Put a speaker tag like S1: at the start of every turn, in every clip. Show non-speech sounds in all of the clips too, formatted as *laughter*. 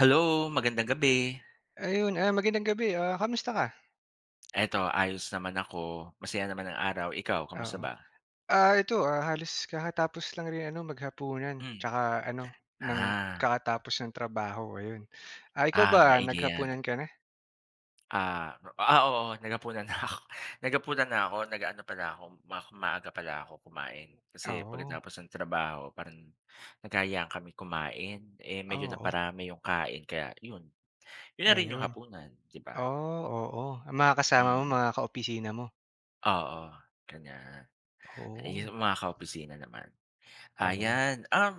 S1: Hello, magandang gabi.
S2: Ayun, magandang gabi, kamusta ka?
S1: Eto ayos naman ako, masaya naman ang araw. Ikaw, kamusta
S2: Oo.
S1: ba?
S2: Ito, halos kakatapos lang rin ano, maghapunan
S1: Hmm,
S2: tsaka ano, ng
S1: ah,
S2: kakatapos ng trabaho, ayun. Ikaw ba
S1: Maigi 'yan.
S2: naghapunan ka na?
S1: Oo, naghapunan na ako *laughs* naghapunan na ako, nag-ano pala ako, maaga pala ako kumain. Kasi
S2: Oo,
S1: pagkatapos ng trabaho parang nagkayaan kami kumain, eh, medyo
S2: oo,
S1: naparami yung kain kaya yun, yun na rin yung
S2: ayun.
S1: hapunan, 'di ba?
S2: Oh, oo, ang mga kasama mo
S1: Mm.
S2: mga kaopisina mo?
S1: Oo, ganyan. Ay,
S2: Oo,
S1: yung mga kaopisina naman.
S2: oo,
S1: Ayan,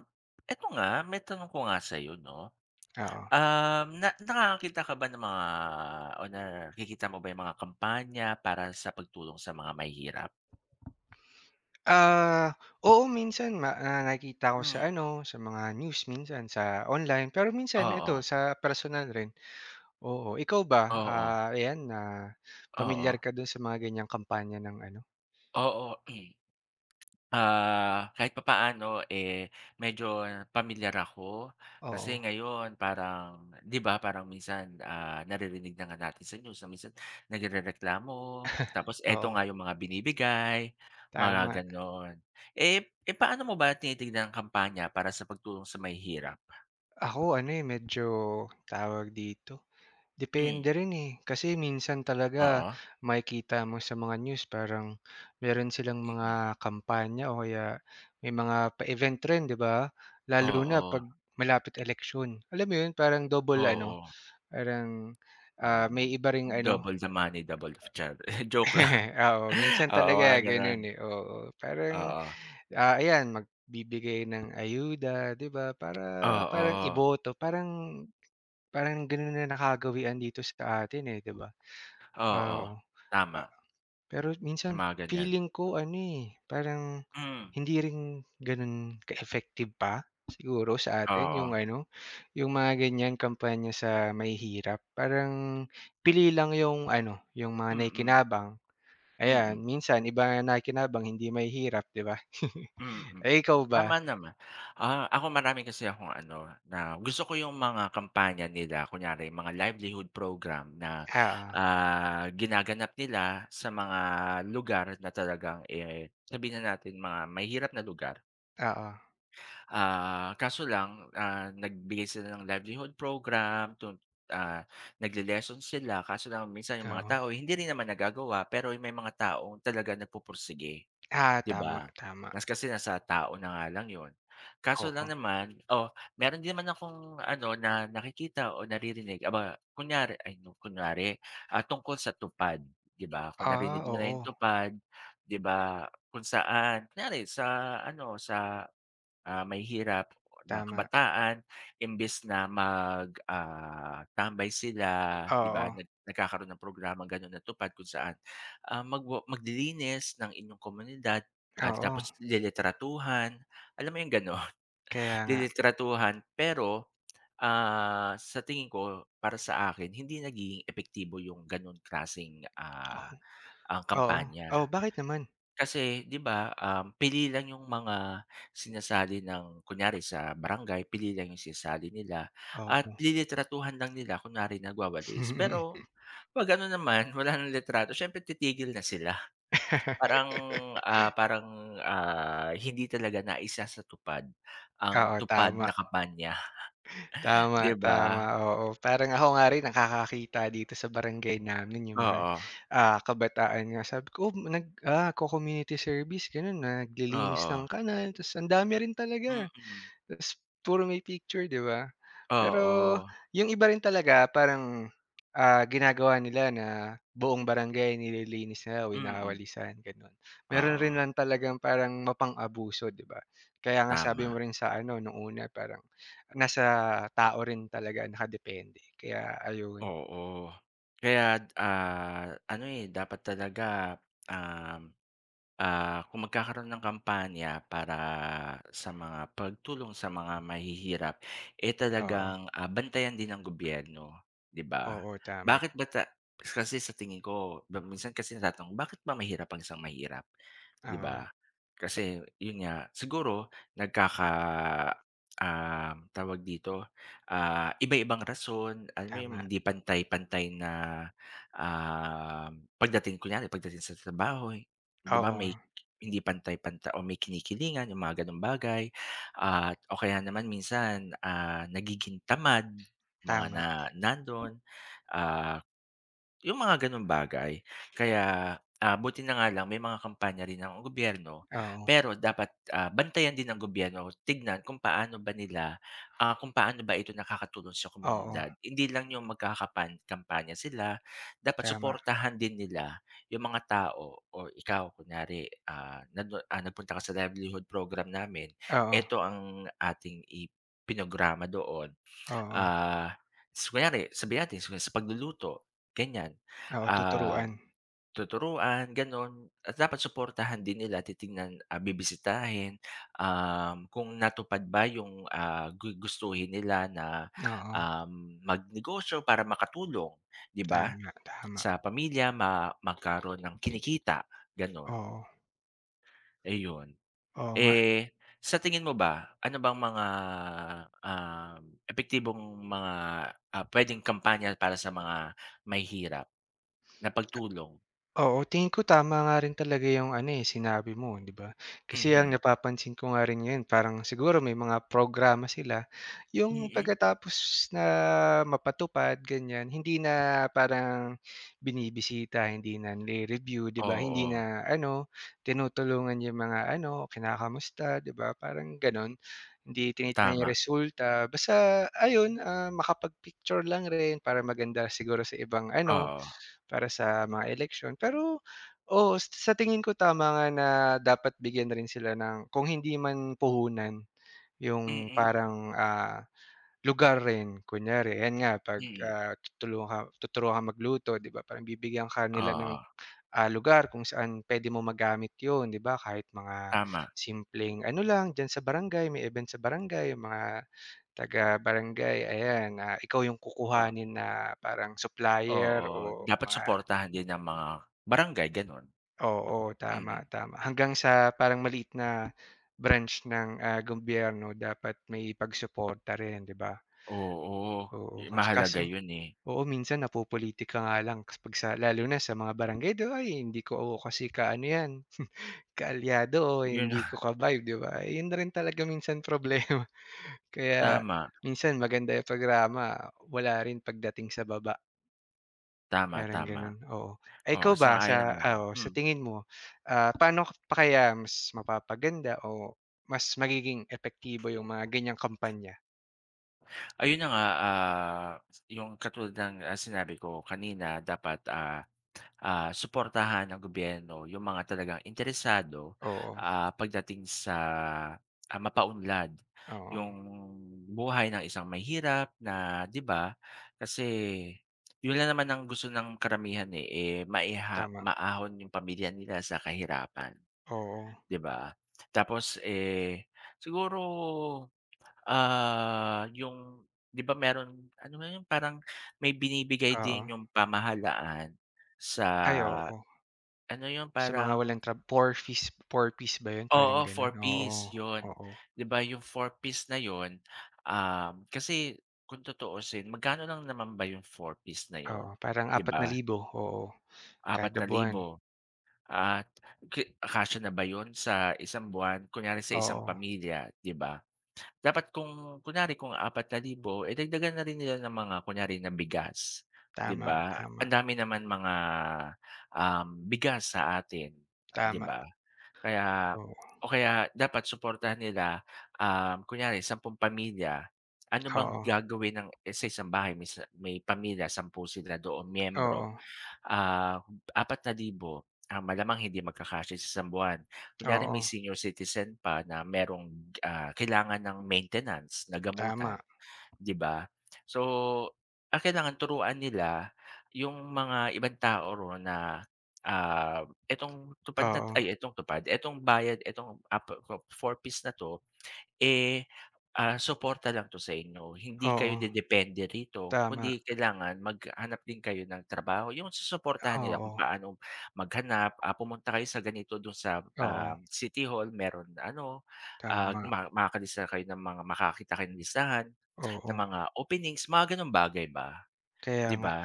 S1: eto nga, may tanong ko nga sa'yo 'no,
S2: oo.
S1: na nakakakita ka ba ng mga o nakikita mo ba yung mga kampanya para sa pagtulong sa mga mahihirap?
S2: Ah, Oo, minsan nakikita ko sa
S1: Hmm,
S2: ano, sa mga news minsan sa online, pero minsan
S1: oo,
S2: eto sa personal rin. Oo, ikaw ba,
S1: oo,
S2: ayan, na
S1: oo,
S2: pamilyar ka dun sa mga ganyang kampanya ng ano.
S1: oo. *clears throat* Kahit papaano, eh, medyo pamilyar ako. Kasi
S2: Oo,
S1: ngayon parang 'di ba parang minsan, naririnig na nga natin sa news na minsan nagrereklamo, tapos eto
S2: oo,
S1: nga yung mga binibigay, mga
S2: tama.
S1: gano'n. Eh eh, paano mo ba tinitignan ang kampanya para sa pagtulong sa mahihirap?
S2: Ako ano, eh, medyo tawag dito,
S1: Hmm,
S2: depende rin, eh. Kasi minsan talaga
S1: oo,
S2: makikita mo sa mga news parang meron silang mga
S1: mm.
S2: kampanya o kaya may mga pa-event rin, 'di ba? Lalo na
S1: Oo,
S2: 'pag malapit eleksyon. Alam mo yun, parang double ano,
S1: oo,
S2: parang,
S1: ah,
S2: may iba ring ano.
S1: double the money, double the charity, *laughs* joke
S2: *laughs*
S1: lang.
S2: Oo, minsan
S1: *laughs* Oo,
S2: talaga
S1: mga gano'n,
S2: gano'n, eh, oo. Parang,
S1: oo,
S2: ayan magbibigay ng ayuda, 'di ba, para parang
S1: oo.
S2: iboto, parang parang gano'n na nakagawian dito sa atin, eh, 'di ba?
S1: Oo,
S2: Oo,
S1: tama,
S2: ah, pero
S1: yung
S2: minsan
S1: mga ganyan.
S2: feeling ko ano, eh, parang
S1: Hmm,
S2: hindi rin gano'n ka-effective pa siguro sa atin
S1: oo,
S2: yung ano, yung mga ganyan kampanya sa mahihirap. Parang pili lang yung ano, yung mga
S1: mm,
S2: nakikinabang. Ayan,
S1: mm,
S2: minsan iba ang nakikinabang hindi mahihirap, 'di ba? *laughs*
S1: mm.
S2: Eh, ikaw ba?
S1: Tama naman. Ako marami kasi akong ano, na gusto ko yung mga kampanya nila, kunyari mga livelihood program na,
S2: Oo,
S1: ginaganap nila sa mga lugar na talagang, eh, sabihin na natin mga mahihirap na lugar.
S2: oo,
S1: Kaso lang, nagbigay sila ng livelihood program ah, nagle-lessons sila kaso lang minsan yung
S2: oo.
S1: mga tao hindi rin naman nagagawa pero may mga taong talaga nagpupursige, 'di
S2: Tama,
S1: ba?
S2: tama,
S1: Mas kasi nasa tao na nga lang yun. Kaso lang
S2: oo.
S1: naman oh, meron din naman akong ano na nakikita o naririnig aba kunyari ay no kunwari, tungkol sa tupad, 'di ba? Kung narinig mo na
S2: Oo,
S1: yung tupad, 'di ba? Kung saan kunyari sa ano sa may hirap na
S2: tama.
S1: kabataan imbes na mag, tambay sila, 'di ba,
S2: Oo,
S1: nagkakaroon ng programang gano'n na tupad kung saan, maglilinis ng inyong komunidad at
S2: oo,
S1: tapos liliteratuhan, alam mo yung gano'n, *laughs*
S2: kaya nga.
S1: liliteratuhan. Pero, sa tingin ko, para sa akin, hindi nagiging epektibo yung gano'n klaseng,
S2: Oo, oo. Oh,
S1: kampanya.
S2: bakit naman?
S1: Kasi 'di ba, pili lang yung mga sinasali ng kunyari sa barangay, pili lang yung sinasali nila
S2: Oo.
S1: at lilitratuhan lang nila kunwari nagwawalis. Pero
S2: *laughs*
S1: 'pag ano naman, *laughs* wala ng litrato siyempre titigil na sila. Parang, parang, hindi talaga na naisasatupad ang
S2: Oo,
S1: tupad
S2: tama.
S1: na kampanya, *laughs*
S2: Tama,
S1: 'di
S2: tama,
S1: ba?
S2: oo. Parang ako nga rin nakakakita dito sa barangay namin yung mga,
S1: Oo,
S2: kabataan nga. Sabi ko, "Oh, co-community service," gano'n, naglilinis
S1: oo,
S2: ng kanal. Tapos ang dami rin talaga.
S1: mm,
S2: Tas puro may picture, 'di ba? Pero
S1: oo,
S2: yung iba rin talaga parang, ginagawa nila na buong barangay nililinis nila o
S1: mm,
S2: winawalisan, gano'n. Meron
S1: oo,
S2: rin lang talagang parang mapang-abuso, 'di ba? Kaya nga sabi mo
S1: tama.
S2: rin sa ano nung una parang nasa tao rin talaga nakadepende. Kaya ayun,
S1: Oo. Kaya, ano, eh, dapat talaga, um kung magkakaroon ng kampanya para sa mga pagtulong sa mga mahihirap, eh,
S2: oo.
S1: talagang, bantayan din ng gobyerno, 'di ba?
S2: Oo, tama.
S1: Bakit ba kasi sa tingin ko ba minsan kasi natatanong, bakit ba mahirap ang isang mahirap, 'di
S2: Oo,
S1: ba? Kasi yun nga, siguro nagkaka, tawag dito, iba-ibang rason, alam mo yung
S2: tama.
S1: hindi pantay-pantay na, pagdating kunyari pagdating sa trabaho. 'Di ba
S2: Oo,
S1: may hindi pantay-panta o may kinikilingan, yung mga gano'ng bagay. At o kaya naman minsan, nagiging tamad, mga
S2: tama.
S1: na nando'n, ah yung mga gano'ng bagay. Kaya, buti na nga lang may mga kampanya rin ang gobyerno,
S2: Oo,
S1: pero dapat, bantayan din ng gobyerno, tignan kung paano ba nila, kung paano ba ito nakakatulong sa
S2: oo,
S1: komunidad. Hindi lang yung magkakapan kampanya sila, dapat
S2: tama.
S1: suportahan din nila yung mga tao o ikaw kunyari, nagpunta ka sa livelihood program namin,
S2: Oo,
S1: eto ang ating ipinograma doon.
S2: oo.
S1: Ah, s Kunyari sabihin natin sa pagluluto, ganyan.
S2: Oo,
S1: Ah,
S2: tuturuan.
S1: Tuturuan gano'n at dapat suportahan din nila, titingnan, bibisitahin, kung natupad ba yung, gustuhin nila na,
S2: Oo.
S1: magnegosyo para makatulong, 'di ba,
S2: Tama, tama.
S1: sa pamilya magkaroon ng kinikita, gano'n,
S2: Oo,
S1: ayun.
S2: oo nga.
S1: Eh, sa tingin mo ba, ano bang mga, um, epektibong mga, puwedeng kampanya para sa mga may hirap na pagtulong?
S2: Oo, tingin ko tama nga rin talaga yung ano, eh, sinabi mo, 'di ba? Kasi ang
S1: Mhm,
S2: napapansin ko nga rin ngayon parang siguro may mga programa sila, yung
S1: mm.
S2: pagkatapos na mapatupad ganyan, hindi na parang binibisita, hindi na nire-review, 'di ba? Hindi
S1: Oo,
S2: na ano, tinutulungan yung mga ano, kinakamusta, 'di ba? Parang gano'n. Hindi tinitingnan yung
S1: tama,
S2: resulta, basta ayun, makapag-picture lang rin para maganda siguro sa ibang ano
S1: oo.
S2: para sa mga eleksyon. Pero oo, sa tingin ko tama nga na dapat bigyan na rin sila ng kung hindi man puhunan, yung
S1: Mm,
S2: parang, lugar rin. Kunyari, ayan nga 'pag,
S1: mm.
S2: tutulungan ka tuturuan kang magluto, 'di ba, parang bibigyan ka nila ng,
S1: Oo,
S2: lugar kung saan puwede mo magamit yon, 'di ba? Kahit mga
S1: tama.
S2: simpleng ano lang, diyan sa barangay, may event sa barangay, yung mga taga-barangay, ayan, ikaw yung
S1: Oh,
S2: kukuhanin na parang supplier
S1: oo,
S2: o
S1: dapat
S2: mga.
S1: suportahan din ng mga barangay, gano'n.
S2: Oo, tama,
S1: Mm,
S2: tama. Hanggang sa parang maliit na branch ng, gobyerno dapat may pagsuporta rin, 'di ba?
S1: oo,
S2: Oo,
S1: mahalaga
S2: kaso
S1: 'yun, eh.
S2: oo, minsan napopolitika nga lang 'pag sa lalo na sa mga barangay, 'di ba, "Ay hindi ko kasi ka-ano yan, kaalyado o
S1: 'Yun,
S2: hindi
S1: *laughs*
S2: ko ka-vibe," 'di ba? Eh, yun na rin talaga minsan problema. *laughs* Kaya
S1: tama,
S2: minsan maganda yung programa, wala rin pagdating sa baba.
S1: tama,
S2: Parang
S1: tama.
S2: gano'n, oo. Eh,
S1: Oo,
S2: ikaw ba
S1: sang-ayon
S2: sa
S1: naman ako.
S2: oo, sa
S1: Mm.
S2: tingin mo, paano pa kaya mas mapapaganda o mas magiging epektibo yung mga ganyang kampanya?
S1: Ayun na nga, yung katulad ng, sinabi ko kanina dapat, suportahan ng gobyerno yung mga talagang interesado,
S2: Oo,
S1: pagdating sa, mapaunlad
S2: oo,
S1: yung buhay ng isang mahirap na 'di ba? Kasi yun lang naman ang gusto ng karamihan, eh, maiha
S2: tama.
S1: maahon yung pamilya nila sa kahirapan,
S2: Oo,
S1: 'di ba? Tapos, eh, siguro yung 'di ba meron ano ba yun parang may binibigay
S2: oo.
S1: din yung pamahalaan sa
S2: Ay, oo.
S1: ano yun
S2: Sa mga
S1: parang
S2: walang 4 fees 4 piece ba 'yun, parang
S1: oo,
S2: gano'n? Oo,
S1: four-piece yun.
S2: oo,
S1: 'Di ba yung four-piece na yun, kasi kung tutuusin magkano lang naman ba yung four-piece na yun,
S2: oo. Parang
S1: 'di ba?
S2: 4,000, oo,
S1: apat
S2: kada
S1: na
S2: buwan.
S1: libo at kasya na ba yun sa isang buwan? Kunyari sa isang
S2: Oo,
S1: pamilya, 'di ba? Dapat kung kunyari kung 4,000 eh, dagdagan na rin nila ng mga kunyari na bigas, 'di
S2: tama,
S1: ba?
S2: tama,
S1: Ang dami naman mga, bigas sa atin, 'di
S2: tama.
S1: ba? Kaya
S2: Oo,
S1: o kaya dapat suportahan nila, kunyari 10 pamilya, ano bang
S2: oo,
S1: gagawin ng eh, sa isang bahay may sa may pamilya, 10 sila doon miyembro.
S2: oo,
S1: Ah, 4,000 malamang hindi magkakasya sa isang buwan. Kunyari may
S2: oo,
S1: senior citizen pa na merong, kailangan ng maintenance na gamutan,
S2: tama.
S1: 'di ba? So, ang kailangan turuan nila yung mga ibang tao ron na, "Etong tupad na
S2: Oo,
S1: ay etong tupad, etong bayad, etong, four piece na 'to eh, suporta lang 'to sa inyo, hindi kayo
S2: oo,
S1: dedepende rito,
S2: tama.
S1: kundi kailangan maghanap din kayo ng trabaho, yung susuportahan nila kung
S2: Oo,
S1: paano maghanap, pumunta kayo sa ganito dun sa,
S2: oo,
S1: City Hall meron ano,
S2: tama,
S1: makakalista kayo ng mga makakita kayo ng listahan
S2: oo.
S1: ng mga openings, mga ganong bagay ba,
S2: Kaya
S1: 'di
S2: nga,
S1: ba?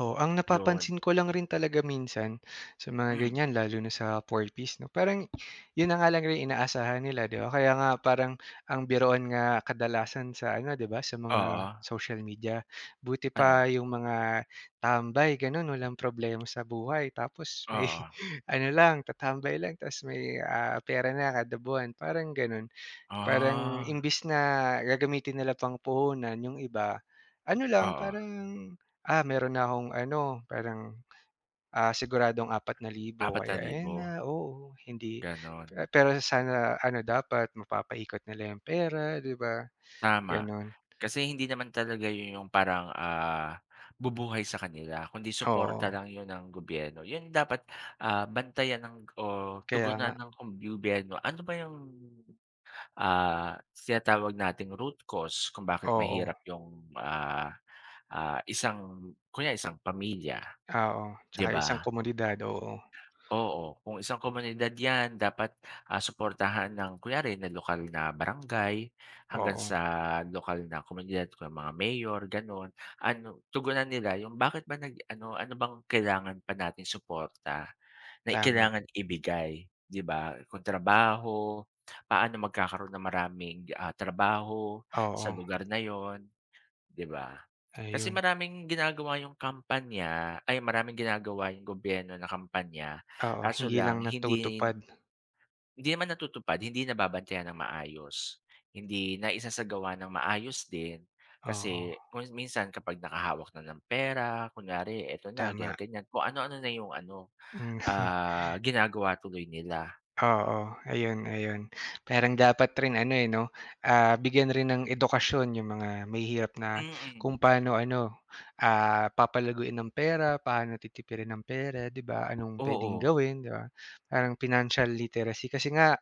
S2: oo, ang
S1: Yun,
S2: napapansin ko lang rin talaga minsan sa mga
S1: hmm,
S2: ganyan lalo na sa 4 piece 'no, parang 'yun na nga lang rin inaasahan nila 'di ba? Kaya nga parang ang biruan nga kadalasan sa ano 'di ba, sa
S1: oo,
S2: mga social media, buti
S1: ano?
S2: pa yung mga tambay gano'n walang problema sa buhay tapos may
S1: Oo,
S2: *laughs* ano lang tatambay lang ta's may, pera na kada buwan parang gano'n. Parang
S1: ah,
S2: imbis na gagamitin nila pang puhunan yung iba, ano lang
S1: oo,
S2: parang, meron na akong ano parang, siguradong 4,000 kaya ayan
S1: 4,000
S2: na, oo, hindi
S1: ganon.
S2: pero sana ano dapat mapapaikot nila yung pera 'di ba,
S1: Tama.
S2: gano'n.
S1: Kasi hindi naman talaga yun yung parang, bubuhay sa kanila kundi suporta lang
S2: Oo,
S1: yun ng gobyerno. Yun dapat, bantayan ng o
S2: kaya
S1: tugunan
S2: nga.
S1: ng gobyerno. Ano ba yung, tinatawag nating root cause kung bakit
S2: Oo,
S1: mahirap yung, isang kunyari isang pamilya,
S2: oo,
S1: 'di
S2: tsaka isang
S1: ba?
S2: komunidad, oo,
S1: Oo, kung isang komunidad 'yan dapat, suportahan ng kunyari na lokal na barangay hanggang
S2: oo,
S1: sa lokal na komunidad kung mga mayor gano'n. Ano, tugunan nila yung bakit ba nag-ano, ano ano bang kailangan pa nating suporta na
S2: tama,
S1: kailangan ibigay, 'di ba? Kung trabaho, paano magkakaroon ng maraming, trabaho sa
S2: oo,
S1: lugar na 'yon. 'Di ba? Kasi
S2: ayun.
S1: maraming ginagawa yung kampanya ay maraming ginagawa yung gobyerno na kampanya,
S2: Oo,
S1: kaso
S2: hindi lang
S1: lang hindi
S2: natutupad,
S1: hindi naman natutupad, hindi nababantayan ng maayos. Hindi naisasagawa ng maayos din
S2: oo,
S1: kasi kung minsan kapag nakahawak na ng pera, kunyari eto na
S2: tama. *laughs*
S1: ganyan-ganyan, kung ano-ano na yung ano,
S2: Hmm.
S1: ginagawa tuloy nila.
S2: Oo, ayun, ayun. Parang dapat rin ano, eh, 'no, bigyan rin ng edukasyon yung mga mahihirap na
S1: Mm.
S2: kung paano ano, papalaguin ng pera, paano titipirin ng pera, 'di ba? Anong puwedeng
S1: Oo,
S2: gawin, 'di ba? Parang financial literacy kasi nga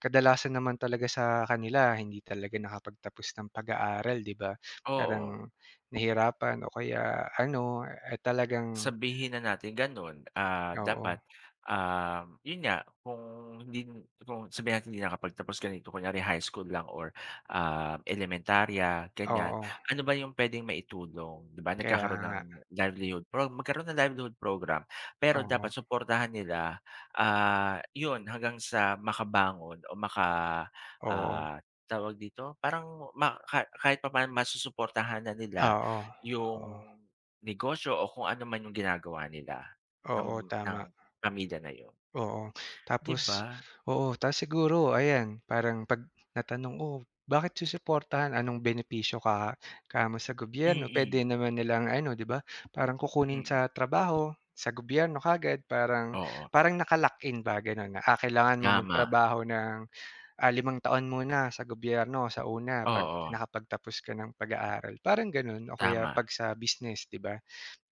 S2: kadalasan naman talaga sa kanila hindi talaga nakapagtapos ng pag-aaral, 'di ba?
S1: oo.
S2: Parang nahirapan o kaya ano, eh, talagang
S1: Sabihin na natin gano'n,
S2: oo,
S1: dapat, 'yun nga kung hindi kung sabihin natin hindi nakapagtapos ganito kunyari high school lang or, elementarya ganiyan,
S2: oo,
S1: ano ba 'yung puwedeng maitulong 'di ba
S2: kaya
S1: nagkakaroon ng
S2: nga.
S1: livelihood program, magkaroon ng livelihood program. Pero
S2: Oo,
S1: dapat suportahan nila, 'yun hanggang sa makabangon o maka,
S2: oo.
S1: ah, tawag dito parang ma ka kahit papaano masusuportahan na nila
S2: Oo, oo.
S1: 'yung negosyo o kung ano man yung ginagawa nila
S2: Oo,
S1: ng
S2: tama,
S1: pamilya na yun,
S2: oo.
S1: 'di
S2: Tapos
S1: ba?
S2: oo, tapos siguro ayan, parang 'pag natanong, "Oh, bakit susuportahan? Anong benepisyo ka kamo sa gobyerno?"
S1: Mm,
S2: Puwede naman nilang ano, 'di ba, parang kukunin
S1: mm.
S2: sa trabaho, sa gobyerno kaagad. Parang
S1: Oo,
S2: parang naka-lock-in ba, gano'n na, kailangan mong
S1: tama.
S2: magtrabaho ng, 5 taon muna sa gobyerno sa una 'pag
S1: Oo,
S2: nakapagtapos ka ng pag-aaral, parang gano'n o kaya
S1: tama.
S2: 'pag sa business, 'di ba?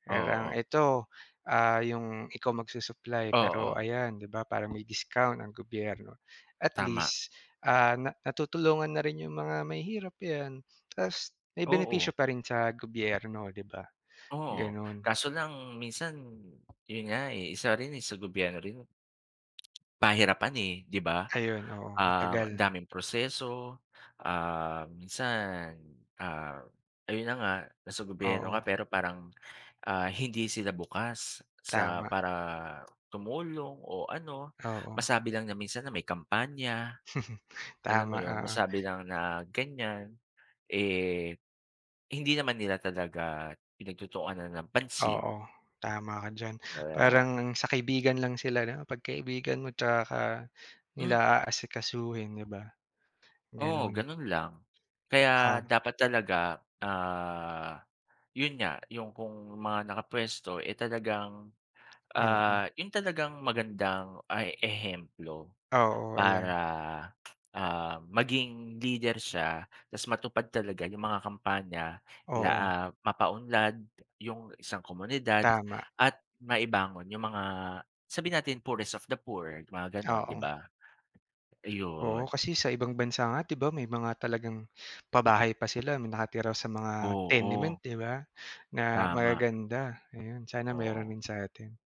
S2: Parang
S1: Oo,
S2: ito, yung ikaw magsu-supply
S1: oo,
S2: pero ayan 'di ba parang may discount ang gobyerno. At
S1: tama.
S2: least, na natutulungan na rin yung mga mahihirap 'yan, ta's may
S1: Oo,
S2: benepisyo pa rin sa gobyerno 'di ba,
S1: oo.
S2: gano'n.
S1: Kaso lang minsan yun nga, eh, isa rin, eh, sa gobyerno rin pahirapan, eh, 'di ba?
S2: Ayun, oo, matagal,
S1: Ang daming proseso, minsan, ah, ayun na nga, nasa gobyerno
S2: oo,
S1: ka pero parang, hindi sila bukas sa
S2: tama,
S1: para tumulong o ano.
S2: oo.
S1: Masabi lang na minsan na may kampanya,
S2: *laughs*
S1: alam mo
S2: Tama,
S1: yun?
S2: oo,
S1: Masabi lang na ganyan, eh, hindi naman nila talaga pinagtutuunan ng pansin
S2: oo, tama ka diyan.
S1: kaya
S2: Parang sa kaibigan lang sila 'no, 'pag kaibigan mo tsaka ka nila
S1: mm.
S2: aasikasuhin 'di ba,
S1: Oo,
S2: gano'n.
S1: gano'n lang.
S2: Ah,
S1: Kaya dapat talaga, ah, 'yun nga, 'yung kung mga nakapuwesto, eh, talagang,
S2: Oo.
S1: 'yun talagang magandang, ehemplo
S2: Oo, ayan.
S1: para, maging leader siya ta's matupad talaga 'yung mga kampanya
S2: Oo,
S1: mapaunlad 'yung isang komunidad
S2: tama.
S1: at maibangon 'yung mga sabi natin poorest of the poor, mga gano'n, 'di
S2: Oo.
S1: ba? Ayun,
S2: Oo, kasi sa ibang bansa nga 'di ba may mga talagang pabahay pa sila may nakatira sa mga
S1: oo,
S2: tenement 'di ba, na
S1: tama,
S2: magaganda. Ayun, sana
S1: oo.
S2: meron din sa atin.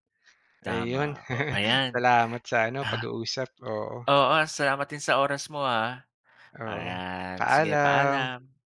S2: Ayun,
S1: Tama, o
S2: *laughs*
S1: ayan.
S2: salamat sa ano
S1: Ah,
S2: pag-uusap. Oo,
S1: Oo, salamat din sa oras mo, ah.
S2: oo.
S1: Ayan, sige
S2: Paalam.
S1: paalam.